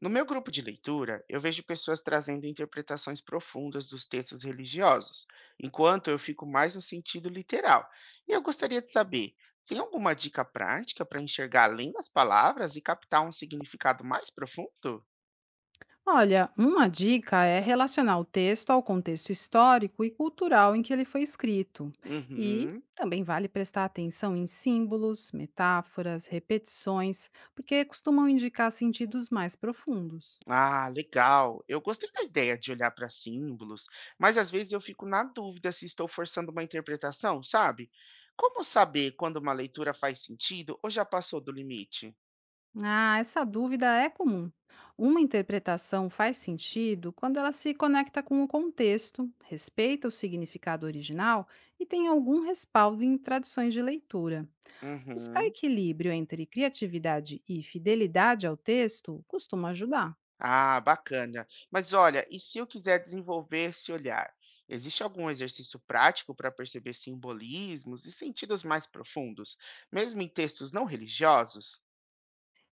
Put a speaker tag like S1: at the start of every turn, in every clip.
S1: No meu grupo de leitura, eu vejo pessoas trazendo interpretações profundas dos textos religiosos, enquanto eu fico mais no sentido literal. E eu gostaria de saber, tem alguma dica prática para enxergar além das palavras e captar um significado mais profundo?
S2: Olha, uma dica é relacionar o texto ao contexto histórico e cultural em que ele foi escrito. E
S1: Uhum.
S2: também vale prestar atenção em símbolos, metáforas, repetições, porque costumam indicar sentidos mais profundos.
S1: Ah, legal. Eu gostei da ideia de olhar para símbolos, mas às vezes eu fico na dúvida se estou forçando uma interpretação, sabe? Como saber quando uma leitura faz sentido ou já passou do limite?
S2: Ah, essa dúvida é comum. Uma interpretação faz sentido quando ela se conecta com o contexto, respeita o significado original e tem algum respaldo em tradições de leitura. Buscar
S1: Uhum.
S2: equilíbrio entre criatividade e fidelidade ao texto costuma ajudar.
S1: Ah, bacana. Mas olha, e se eu quiser desenvolver esse olhar? Existe algum exercício prático para perceber simbolismos e sentidos mais profundos, mesmo em textos não religiosos?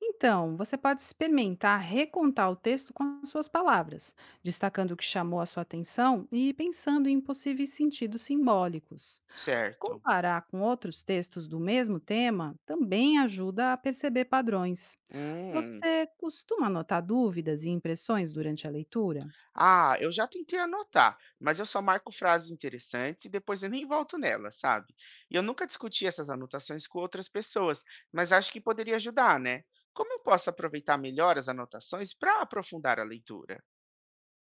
S2: Então, você pode experimentar recontar o texto com as suas palavras, destacando o que chamou a sua atenção e pensando em possíveis sentidos simbólicos.
S1: Certo.
S2: Comparar com outros textos do mesmo tema também ajuda a perceber padrões.
S1: Hum.
S2: Você costuma anotar dúvidas e impressões durante a leitura?
S1: Ah, eu já tentei anotar, mas eu só marco frases interessantes e depois eu nem volto nelas, sabe? E eu nunca discuti essas anotações com outras pessoas, mas acho que poderia ajudar, né? Como eu posso aproveitar melhor as anotações para aprofundar a leitura?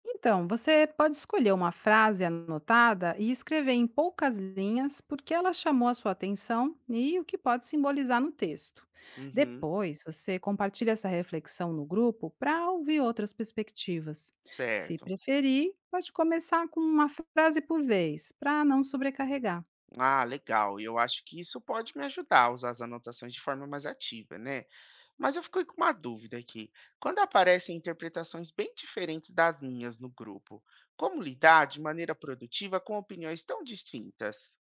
S2: Então, você pode escolher uma frase anotada e escrever em poucas linhas porque ela chamou a sua atenção e o que pode simbolizar no texto.
S1: Uhum,
S2: Depois, você compartilha essa reflexão no grupo para ouvir outras perspectivas. Se
S1: certo.
S2: preferir, pode começar com uma frase por vez, para não sobrecarregar.
S1: Ah, legal. E eu acho que isso pode me ajudar a usar as anotações de forma mais ativa, né? Mas eu fico com uma dúvida aqui. Quando aparecem interpretações bem diferentes das minhas no grupo, como lidar de maneira produtiva com opiniões tão distintas?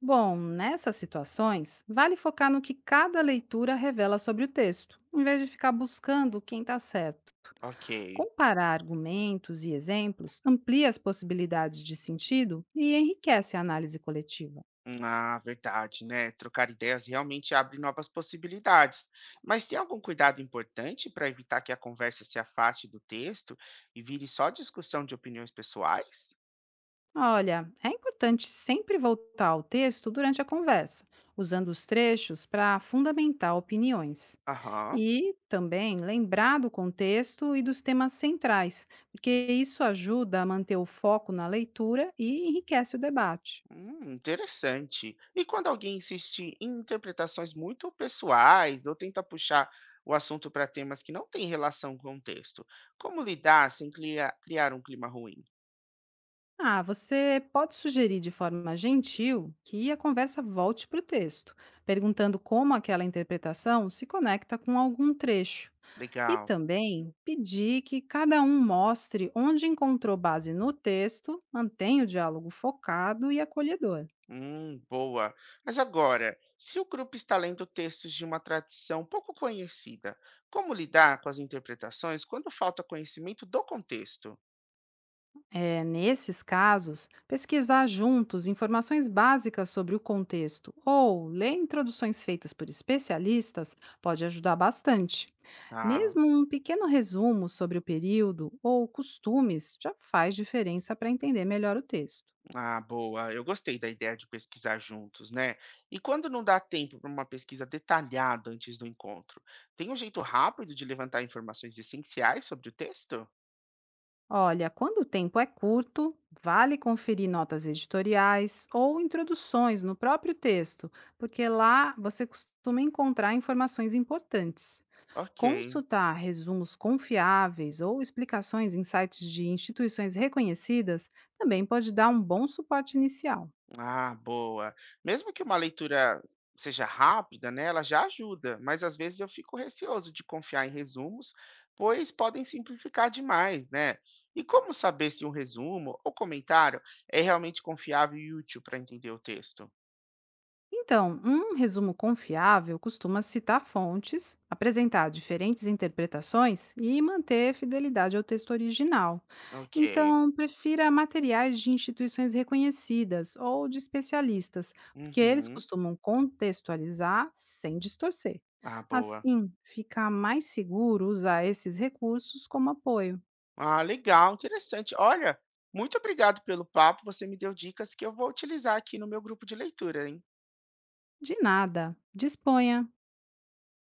S2: Bom, nessas situações, vale focar no que cada leitura revela sobre o texto, em vez de ficar buscando quem está certo.
S1: Ok.
S2: Comparar argumentos e exemplos amplia as possibilidades de sentido e enriquece a análise coletiva.
S1: Ah, verdade, né? Trocar ideias realmente abre novas possibilidades. Mas tem algum cuidado importante para evitar que a conversa se afaste do texto e vire só discussão de opiniões pessoais?
S2: Olha, é importante sempre voltar ao texto durante a conversa, usando os trechos para fundamentar opiniões.
S1: Aham.
S2: E também lembrar do contexto e dos temas centrais, porque isso ajuda a manter o foco na leitura e enriquece o debate.
S1: Interessante. E quando alguém insiste em interpretações muito pessoais ou tenta puxar o assunto para temas que não têm relação com o texto, como lidar sem criar um clima ruim?
S2: Ah, você pode sugerir de forma gentil que a conversa volte para o texto, perguntando como aquela interpretação se conecta com algum trecho. E
S1: Legal.
S2: também pedir que cada um mostre onde encontrou base no texto, mantenha o diálogo focado e acolhedor.
S1: Boa. Mas agora, se o grupo está lendo textos de uma tradição pouco conhecida, como lidar com as interpretações quando falta conhecimento do contexto?
S2: É, nesses casos, pesquisar juntos informações básicas sobre o contexto ou ler introduções feitas por especialistas pode ajudar bastante.
S1: Ah.
S2: Mesmo um pequeno resumo sobre o período ou costumes já faz diferença para entender melhor o texto.
S1: Ah, boa. Eu gostei da ideia de pesquisar juntos, né? E quando não dá tempo para uma pesquisa detalhada antes do encontro, tem um jeito rápido de levantar informações essenciais sobre o texto?
S2: Olha, quando o tempo é curto, vale conferir notas editoriais ou introduções no próprio texto, porque lá você costuma encontrar informações importantes.
S1: Ok.
S2: Consultar resumos confiáveis ou explicações em sites de instituições reconhecidas também pode dar um bom suporte inicial.
S1: Ah, boa. Mesmo que uma leitura seja rápida, né, ela já ajuda, mas às vezes eu fico receoso de confiar em resumos, pois podem simplificar demais, né? E como saber se um resumo ou comentário é realmente confiável e útil para entender o texto?
S2: Então, um resumo confiável costuma citar fontes, apresentar diferentes interpretações e manter fidelidade ao texto original.
S1: Ok.
S2: Então, prefira materiais de instituições reconhecidas ou de especialistas, porque eles
S1: Uhum.
S2: costumam contextualizar sem distorcer.
S1: Ah, boa.
S2: Assim, fica mais seguro usar esses recursos como apoio.
S1: Ah, legal, interessante. Olha, muito obrigado pelo papo. Você me deu dicas que eu vou utilizar aqui no meu grupo de leitura, hein?
S2: De nada, disponha!